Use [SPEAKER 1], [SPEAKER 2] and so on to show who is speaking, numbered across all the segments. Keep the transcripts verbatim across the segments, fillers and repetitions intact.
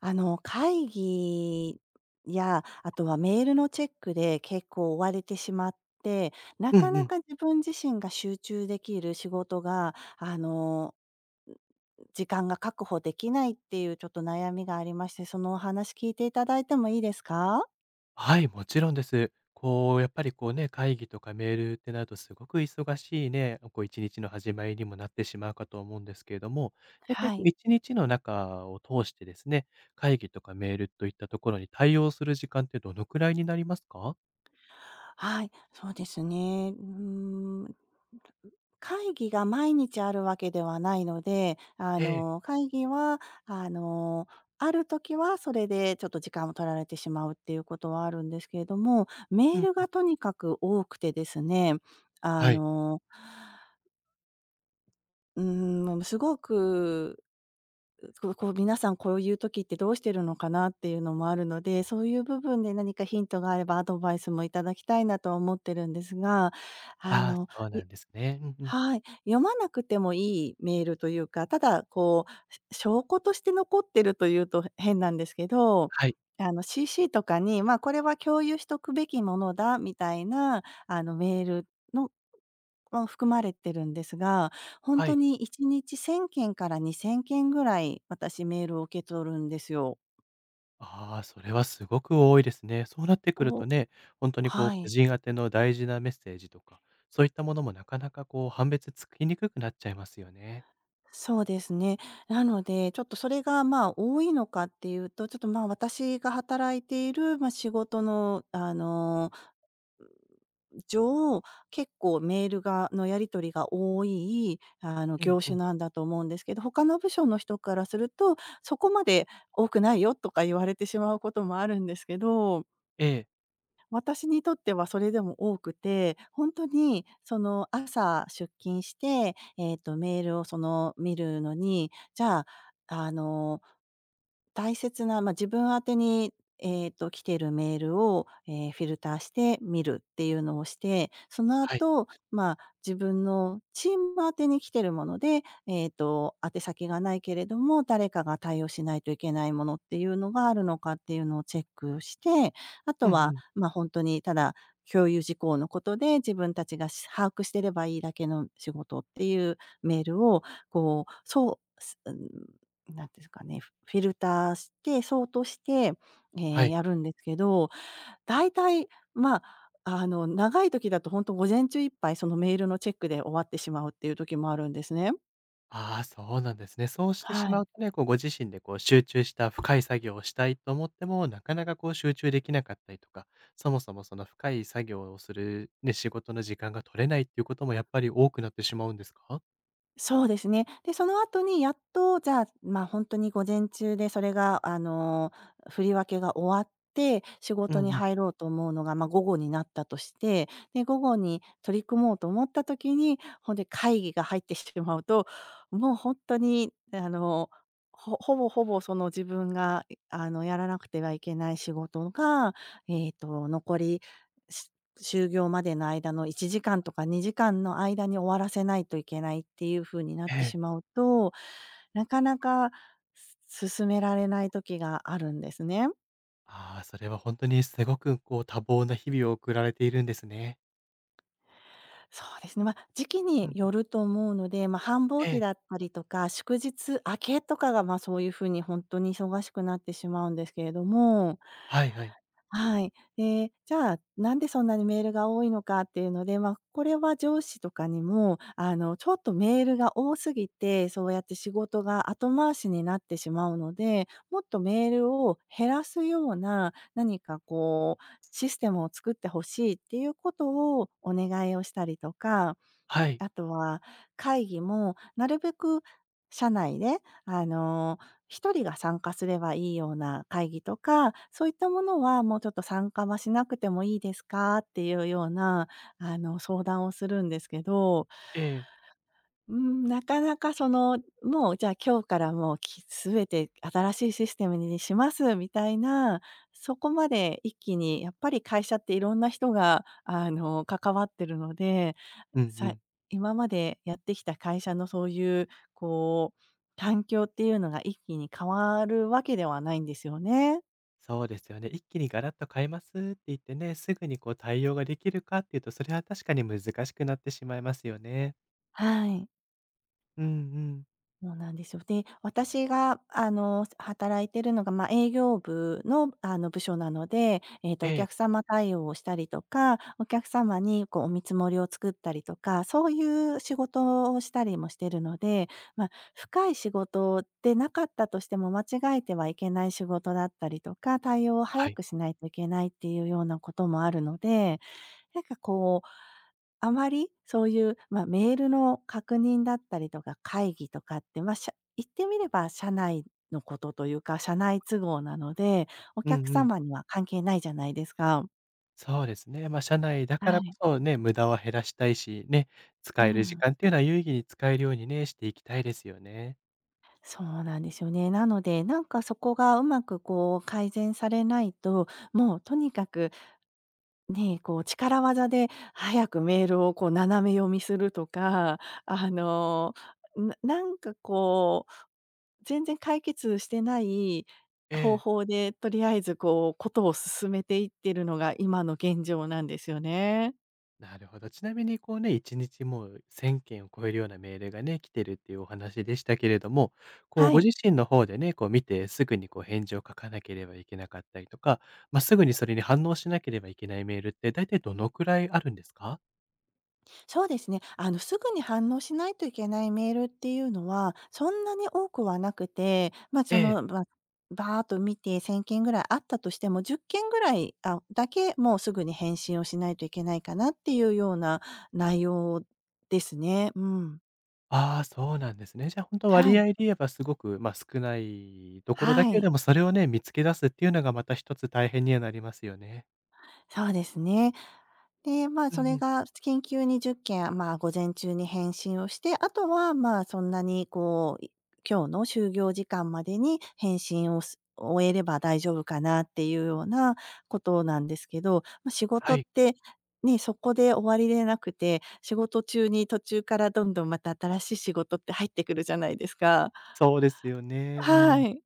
[SPEAKER 1] あの、会議や、あとはメールのチェックで結構追われてしまって、な
[SPEAKER 2] う
[SPEAKER 1] か
[SPEAKER 2] んう
[SPEAKER 1] な
[SPEAKER 2] ん。
[SPEAKER 1] か自分自身が集中できる仕事が、あの、時間が確保できないっていうちょっと悩みがありまして、そのお話聞いていただいてもいいですか？
[SPEAKER 2] はい、もちろんです。こう、やっぱりこうね、会議とかメールってなるとすごく忙しいね、こう一日の始まりにもなってしまうかと思うんですけれども、大体
[SPEAKER 1] は
[SPEAKER 2] こ
[SPEAKER 1] い。
[SPEAKER 2] う一日の中を通してですね、会議とかメールといったところに対応する時間ってどのくらいになりますか？
[SPEAKER 1] はい、そうですね。うーん。会議が毎日あるわけではないので、あ
[SPEAKER 2] え
[SPEAKER 1] の、
[SPEAKER 2] え。
[SPEAKER 1] 会議は、あの、ある時はそれでちょっと時間を取られてしまうっていうことはあるんですけれども、メ
[SPEAKER 2] う
[SPEAKER 1] ー
[SPEAKER 2] ん。
[SPEAKER 1] ルがとにかく多くてですね、あ
[SPEAKER 2] はい。
[SPEAKER 1] の、うーん、すごくこうこう皆さんこういう時ってどうしてるのかなっていうのもあるので、そういう部分で何かヒントがあればアドバイスもいただきたいなとは思ってるんですが、あ
[SPEAKER 2] ああ、
[SPEAKER 1] の、
[SPEAKER 2] そう
[SPEAKER 1] い
[SPEAKER 2] なんですね。うんうん。
[SPEAKER 1] はい、読まなくてもいいメールというか、ただこう、証拠として残ってるというと変なんですけど、
[SPEAKER 2] はい。
[SPEAKER 1] あの シーシー とかに、まあ、これは共有しとくべきものだみたいなあのメールのも含まれてるんですが、本
[SPEAKER 2] は
[SPEAKER 1] 当
[SPEAKER 2] い。
[SPEAKER 1] にいちにちせんけんからにせんけんぐらい、私メールを受け取るんですよ。
[SPEAKER 2] ああ、それはすごく多いですね。そうなってくる
[SPEAKER 1] お。
[SPEAKER 2] とね、本当にこう、
[SPEAKER 1] は
[SPEAKER 2] 個
[SPEAKER 1] い。
[SPEAKER 2] 人宛ての大事なメッセージとか、そういったものもなかなかこう、判別つきにくくなっちゃいますよね。
[SPEAKER 1] そうですね。なので、ちょっとそれが、まあ、多いのかっていうと、ちょっと、まあ、私が働いている、まあ、仕事の、あの、上、結構メールがのやり取りが多い、あの、
[SPEAKER 2] うん
[SPEAKER 1] 業
[SPEAKER 2] う
[SPEAKER 1] 種
[SPEAKER 2] ん。
[SPEAKER 1] なんだと思うんですけど、他の部署の人からすると、そこまで多くないよとか言われてしまうこともあるんですけど。
[SPEAKER 2] ええ、
[SPEAKER 1] 私にとってはそれでも多くて、本当にその朝出勤して、えっとメールをその見るのに、じゃあ、あの大切な、まあ、自分宛てに、えーと、来ているメールを、えーフィルターして見るっていうのをして、その
[SPEAKER 2] はい。
[SPEAKER 1] 後、まあ、自分のチーム宛てに来てるもので、えーと、宛先がないけれども、誰かが対応しないといけないものっていうのがあるのかっていうのをチェックして、あ
[SPEAKER 2] う
[SPEAKER 1] と
[SPEAKER 2] んう
[SPEAKER 1] は、
[SPEAKER 2] ん。
[SPEAKER 1] ま、あ本当にただ共有事項のことで、自分たちがし把握してればいいだけの仕事っていうメールを、こう、そうなんていうんですかね、フフィルターして、ソートして、え
[SPEAKER 2] は
[SPEAKER 1] え、
[SPEAKER 2] い。
[SPEAKER 1] やるんですけど、大体、まあ、あの、長い時だとほんと午前中いっぱいそのメールのチェックで終わってしまうっていう時もあるんですね。
[SPEAKER 2] ああ、そうなんですね。そうして
[SPEAKER 1] は
[SPEAKER 2] しま
[SPEAKER 1] い。
[SPEAKER 2] うとね、こうご自身でこう集中した深い作業をしたいと思っても、なかなかこう集中できなかったりとか、そもそもその深い作業をするね、仕事の時間が取れないっていうこともやっぱり多くなってしまうんですか？
[SPEAKER 1] そうですね。で、その後にやっと、じゃあ、まあ、本当に午前中でそれが、あの、振り分けが終わって、仕
[SPEAKER 2] う
[SPEAKER 1] 事に
[SPEAKER 2] んうん。
[SPEAKER 1] 入ろうと思うのが、ま、午後になったとして、で、午後に取り組もうと思った時に、ほんで会議が入ってしまうと、もう本当に、あの、ほほぼほぼその自分が、いあの、やらなくてはいけない仕事が、えっと、残り就業までの間のいちじかんとかにじかんの間に終わらせないといけないっていう風になっ
[SPEAKER 2] え
[SPEAKER 1] て
[SPEAKER 2] え。
[SPEAKER 1] しまうと、なかなか、す進められない時があるんですね。
[SPEAKER 2] ああ、それは本当にすごくこう多忙な日々を送られているんですね。
[SPEAKER 1] そうですね、ま、時期
[SPEAKER 2] うん
[SPEAKER 1] に
[SPEAKER 2] う
[SPEAKER 1] よ
[SPEAKER 2] ん、
[SPEAKER 1] ると思うので、ま、繁忙
[SPEAKER 2] え
[SPEAKER 1] 期だっ
[SPEAKER 2] え。
[SPEAKER 1] たりとか、祝日明けとかが、ま、そういう風にほんとに忙しくなってしまうんですけれども。
[SPEAKER 2] はいはい。
[SPEAKER 1] はい。で、じゃあ、なんでそんなにメールが多いのかっていうので、まあ、これは上司とかにも、あの、ちょっとメールが多すぎて、そうやって仕事が後回しになってしまうので、もっとメールを減らすような、何かこう、システムを作ってほしいっていうことをお願いをしたりとか。
[SPEAKER 2] はい。
[SPEAKER 1] あとは、会議もなるべく社内で、あの、一人が参加すればいいような会議とか、そういったものはもうちょっと参加はしなくてもいいですかっていうような、あの、相談をするんですけど、
[SPEAKER 2] ええ。
[SPEAKER 1] うん、なかなかその、もうじゃあ今日からもうき全て新しいシステムにしますみたいな、そこまで一気にやっぱり会社っていろんな人が、あの、関わってるので
[SPEAKER 2] うんう
[SPEAKER 1] さ
[SPEAKER 2] ん。
[SPEAKER 1] 今までやってきた会社のそういう、こう、環境っていうのが一気に変わるわけではないんですよね。
[SPEAKER 2] そうですよね。一気にガラッと変えますって言ってね、すぐにこう対応ができるかっていうと、それは確かに難しくなってしまいますよね。
[SPEAKER 1] はい。
[SPEAKER 2] うんうん。
[SPEAKER 1] そうなんですよ。で、私が、あの、働いてるのが、まあ、営業部の、あの、部署なので、えっと、お
[SPEAKER 2] ええ、
[SPEAKER 1] 客様対応をしたりとか、お客様に、こう、お見積もりを作ったりとか、そういう仕事をしたりもしてるので、まあ、深い仕事でなかったとしても、間違えてはいけない仕事だったりとか、対応を
[SPEAKER 2] は
[SPEAKER 1] 早
[SPEAKER 2] い。
[SPEAKER 1] くしないといけないっていうようなこともあるのでなんかこう、あまりそういう、まあ、メールの確認だったりとか、会議とかって、ま、あ社言ってみれば社内のことというか、社内都合なので、お
[SPEAKER 2] うん
[SPEAKER 1] 客
[SPEAKER 2] うん。
[SPEAKER 1] 様には関係ないじゃないですか。
[SPEAKER 2] そうですね。まあ、社内だか
[SPEAKER 1] は
[SPEAKER 2] らこ
[SPEAKER 1] い。
[SPEAKER 2] そね、無駄は減らしたいし、ね、
[SPEAKER 1] う
[SPEAKER 2] 使える時
[SPEAKER 1] ん、
[SPEAKER 2] 間っていうのは有意義に使えるようにね、していきたいですよね。
[SPEAKER 1] そうなんですよね。なので、なんかそこがうまくこう改善されないと、もうとにかくね、こう力技で早くメールをこう斜め読みするとか、あの、ななんかこう、全然解決してない
[SPEAKER 2] え
[SPEAKER 1] 方
[SPEAKER 2] え。
[SPEAKER 1] 法で、とりあえずこう事を進めていってるのが今の現状なんですよね。
[SPEAKER 2] なるほど。ちなみにこうね、いちにちもうせんけんを超えるようなメールがね、来てるっていうお話でしたけれども、こう
[SPEAKER 1] は
[SPEAKER 2] ご
[SPEAKER 1] い。
[SPEAKER 2] 自身の方でね、こう見てすぐにこう返事を書かなければいけなかったりとか、まあ、すぐにそれに反応しなければいけないメールって大体どのくらいあるんですか？
[SPEAKER 1] そうですね。あの、すぐに反応しないといけないメールっていうのは、そんなに多くはなくて、まあ、
[SPEAKER 2] え
[SPEAKER 1] その、
[SPEAKER 2] え。
[SPEAKER 1] まあ、バーっと見てせんけんぐらいあったとしても、じゅっけんぐらい、あ、だけ、もうすぐに返信をしないといけないかなっていうような内容ですね。うん。
[SPEAKER 2] ああ、そうなんですね。じゃあ、本当
[SPEAKER 1] は
[SPEAKER 2] 割合
[SPEAKER 1] い。
[SPEAKER 2] で言えばすごく、まあ、少ないところ
[SPEAKER 1] は
[SPEAKER 2] だけれ
[SPEAKER 1] い。
[SPEAKER 2] ども、それをね、見つけ出すっていうのがまた一つ大変にはなりますよね。
[SPEAKER 1] そうですね。で、まあ、
[SPEAKER 2] う
[SPEAKER 1] そ
[SPEAKER 2] ん
[SPEAKER 1] れ
[SPEAKER 2] うん。
[SPEAKER 1] が緊急にじゅっけん、まあ、午前中に返信をして、あとは、まあ、そんなにこう、い今日の就業時間までに返信をす終えれば大丈夫かなっていうようなことなんですけど、まあ、仕事
[SPEAKER 2] は
[SPEAKER 1] っ
[SPEAKER 2] い。
[SPEAKER 1] て、ね、そこで終わりでなくて、仕事中に途中からどんどんまた新しい仕事って入ってくるじゃないですか。
[SPEAKER 2] そうですよね。う
[SPEAKER 1] は
[SPEAKER 2] ん。
[SPEAKER 1] い。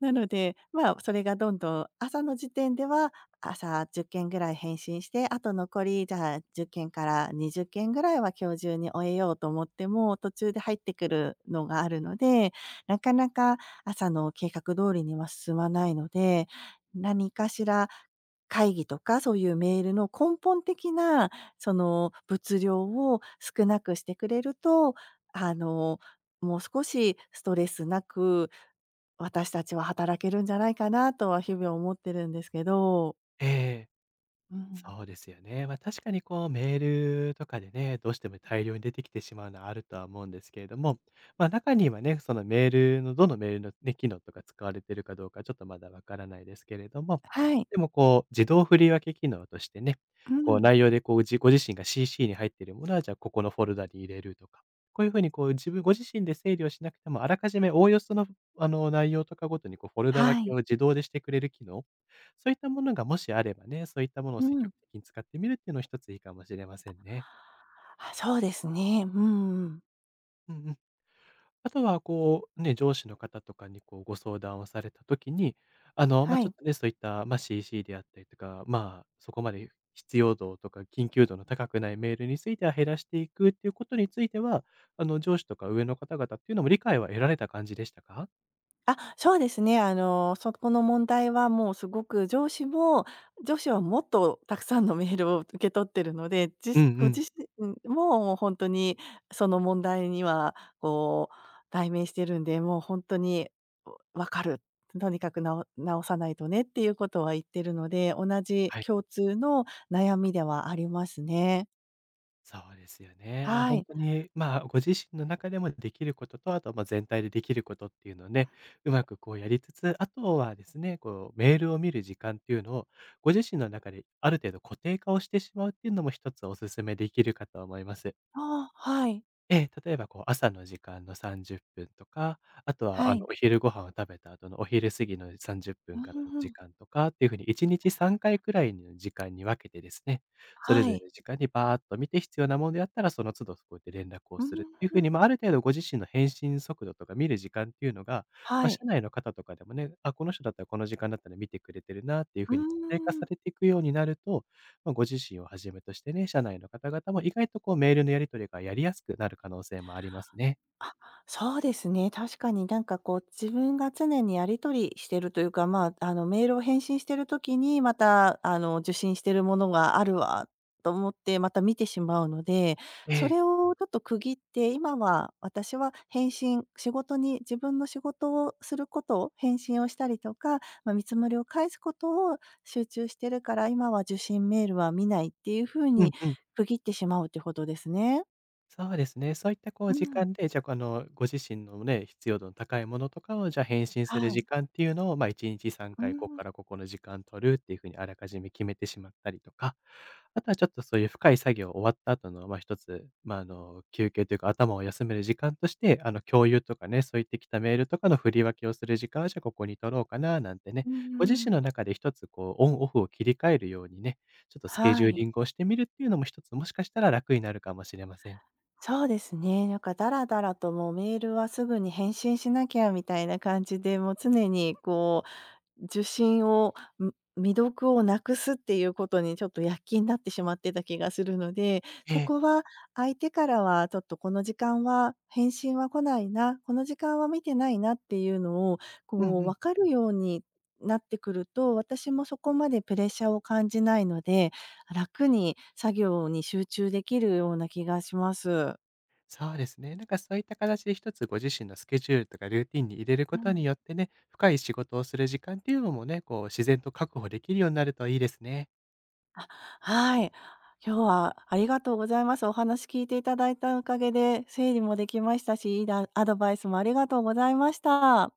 [SPEAKER 1] なので、まあ、それがどんどん朝の時点では、朝じゅっけんぐらい返信して、あと残り、じゃあ、じゅっけんからにじゅっけんぐらいは今日中に終えようと思っても、途中で入ってくるのがあるので、なかなか朝の計画通りには進まないので、何かしら会議とかそういうメールの根本的な、その、物量を少なくしてくれると、あの、もう少しストレスなく私たちは働けるんじゃないかなとは日々思ってるんですけど。
[SPEAKER 2] ええ。
[SPEAKER 1] うん。
[SPEAKER 2] そうですよね。ま、確かにこうメールとかでね、どうしても大量に出てきてしまうのはあるとは思うんですけれども、ま、中にはね、そのメールのどのメールのね、機能とか使われてるかどうかちょっとまだわからないですけれども、
[SPEAKER 1] はい。
[SPEAKER 2] でもこう自動振り分け機能としてね、
[SPEAKER 1] う
[SPEAKER 2] こう
[SPEAKER 1] ん。
[SPEAKER 2] 内容でこう、ご自ご自身が シーシー に入っているものは、じゃあここのフォルダに入れるとか、こういうふうにこう自分ご自身で整理をしなくても、あらかじめおおよその、あの、内容とかごとにこうフォルダ分
[SPEAKER 1] は
[SPEAKER 2] け
[SPEAKER 1] い。
[SPEAKER 2] を自動でしてくれる機能、そういったものがもしあればね、そういったものを
[SPEAKER 1] う
[SPEAKER 2] 積
[SPEAKER 1] ん。
[SPEAKER 2] 極的に使ってみるっていうのも一ついいかもしれませんね。
[SPEAKER 1] あ、そうですね。うんうん。
[SPEAKER 2] うんうん。あとはこう、ね、上司の方とかにこうご相談をされた時に、あの、まあ、
[SPEAKER 1] は
[SPEAKER 2] ちょっ
[SPEAKER 1] い。
[SPEAKER 2] とね、そういった、まあ、シーシー であったりとか、まあ、そこまで必要度とか緊急度の高くないメールについては減らしていくっていうことについては、あの、上司とか上の方々っていうのも理解は得られた感じでしたか？
[SPEAKER 1] あ、そうですね。あの、そこの問題はもうすごく上司も上司はもっとたくさんのメールを受け取ってるので、じ
[SPEAKER 2] うんう
[SPEAKER 1] ご自
[SPEAKER 2] ん。
[SPEAKER 1] 身も本当にその問題にはこう代名してるんで、もう本当に「分かる。とにかくな直さないとね」っていうことは言ってるので、同じ
[SPEAKER 2] はい。
[SPEAKER 1] 共通の悩みではありますね。
[SPEAKER 2] そうですよね。まあ、
[SPEAKER 1] は
[SPEAKER 2] 本
[SPEAKER 1] い。
[SPEAKER 2] 当に、まあ、ご自身の中でもできることと、あと、ま、全体でできることっていうのをね、うまくこうやりつつ、あとはですね、こうメールを見る時間っていうのを、ご自身の中である程度固定化をしてしまうっていうのも一つお勧めできるかと思います。
[SPEAKER 1] ああ、はい。
[SPEAKER 2] ええ、例えばこう朝の時間のさんじゅっぷんとか、あとは
[SPEAKER 1] は
[SPEAKER 2] あの
[SPEAKER 1] い。
[SPEAKER 2] お昼ご飯を食べた後のお昼過ぎの30
[SPEAKER 1] う
[SPEAKER 2] 分
[SPEAKER 1] ん
[SPEAKER 2] からの
[SPEAKER 1] うんう
[SPEAKER 2] 時
[SPEAKER 1] ん。
[SPEAKER 2] 間とかっていうふうにいちにちさんかいくらいの時間に分けてですね、それ
[SPEAKER 1] は
[SPEAKER 2] ぞれ
[SPEAKER 1] い。
[SPEAKER 2] の時間にバーっと見て必要なものであったらその都度こうやって連絡を
[SPEAKER 1] うんう
[SPEAKER 2] するっ
[SPEAKER 1] ん
[SPEAKER 2] ていうふう
[SPEAKER 1] う
[SPEAKER 2] に、
[SPEAKER 1] ん。
[SPEAKER 2] まあ、ある程度ご自身の返信速度とか見る時間っていうのが、ま
[SPEAKER 1] は
[SPEAKER 2] あ、
[SPEAKER 1] い。
[SPEAKER 2] 社内の方とかでもね、あ、この人だったらこの時間だったら見てくれてるなっていう
[SPEAKER 1] う
[SPEAKER 2] ふうに固定化さ
[SPEAKER 1] ん。
[SPEAKER 2] れていくようになると、まあ、ご自身をはじめとしてね、社内の方々も意外とこうメールのやり取りがやりやすくなる可能性もありますね。
[SPEAKER 1] あ、そうですね。確かになんかこう自分が常にやり取りしてるというか、まあ、あのメールを返信してる時に、またあの受信してるものがあるわと思って、また見てしまうので、
[SPEAKER 2] え
[SPEAKER 1] そ
[SPEAKER 2] え。
[SPEAKER 1] れをちょっと区切って、今は私は返信、仕事に自分の仕事をすることを返信をしたりとか、まあ、見積もりを返すことを集中してるから、今は受信メールは見ないっていう風
[SPEAKER 2] う
[SPEAKER 1] に
[SPEAKER 2] んうん。
[SPEAKER 1] 区切ってしまうってことですね。
[SPEAKER 2] そうですね。そういったこ
[SPEAKER 1] う
[SPEAKER 2] う時
[SPEAKER 1] ん、
[SPEAKER 2] 間で、じゃあ、あの、ご自身のね、必要度の高いものとかを、じゃあ、返信する
[SPEAKER 1] はい。
[SPEAKER 2] 時間っていうのを、まあ、いちにち3
[SPEAKER 1] う
[SPEAKER 2] 回、ここ
[SPEAKER 1] ん。
[SPEAKER 2] からここの時間取るっていうふうにあらかじめ決めてしまったりとか、あとはちょっとそういう深い作業終わった後の、まあ、一つ、まあ、あの、休憩というか、頭を休める時間として、あの、共有とかね、そういってきたメールとかの振り分けをする時間は、じゃあ、ここに取ろうかな、なんてね、
[SPEAKER 1] うー
[SPEAKER 2] ご自身
[SPEAKER 1] ん、
[SPEAKER 2] の中で一つ、こう、オンオフを切り替えるようにね、ちょっとスケ
[SPEAKER 1] は
[SPEAKER 2] ジューリ
[SPEAKER 1] い。
[SPEAKER 2] ングをしてみるっていうのも一つ、もしかしたら楽になるかもしれません。
[SPEAKER 1] そうですね。なんかだらだらともうメールはすぐに返信しなきゃみたいな感じで、もう常にこう受信を、ん未読をなくすっていうことにちょっと躍起になってしまってた気がするので、
[SPEAKER 2] え
[SPEAKER 1] そ
[SPEAKER 2] え。
[SPEAKER 1] こは相手からはちょっとこの時間は返信は来ないな、この時間は見てないなっていうのを
[SPEAKER 2] うん
[SPEAKER 1] こう
[SPEAKER 2] うん。
[SPEAKER 1] 分かるようになってくると、私もそこまでプレッシャーを感じないので、楽に作業に集中できるような気がします。
[SPEAKER 2] そうですね。なんかそういった形で一つご自身のスケジュールとかルーティンに入れる
[SPEAKER 1] う
[SPEAKER 2] ことに
[SPEAKER 1] ん。
[SPEAKER 2] よってね、深い仕事をする時間っていうのもね、こう自然と確保できるようになるといいですね。
[SPEAKER 1] はい。今日はありがとうございます。お話聞いていただいたおかげで整理もできましたし、いいだアドバイスもありがとうございました。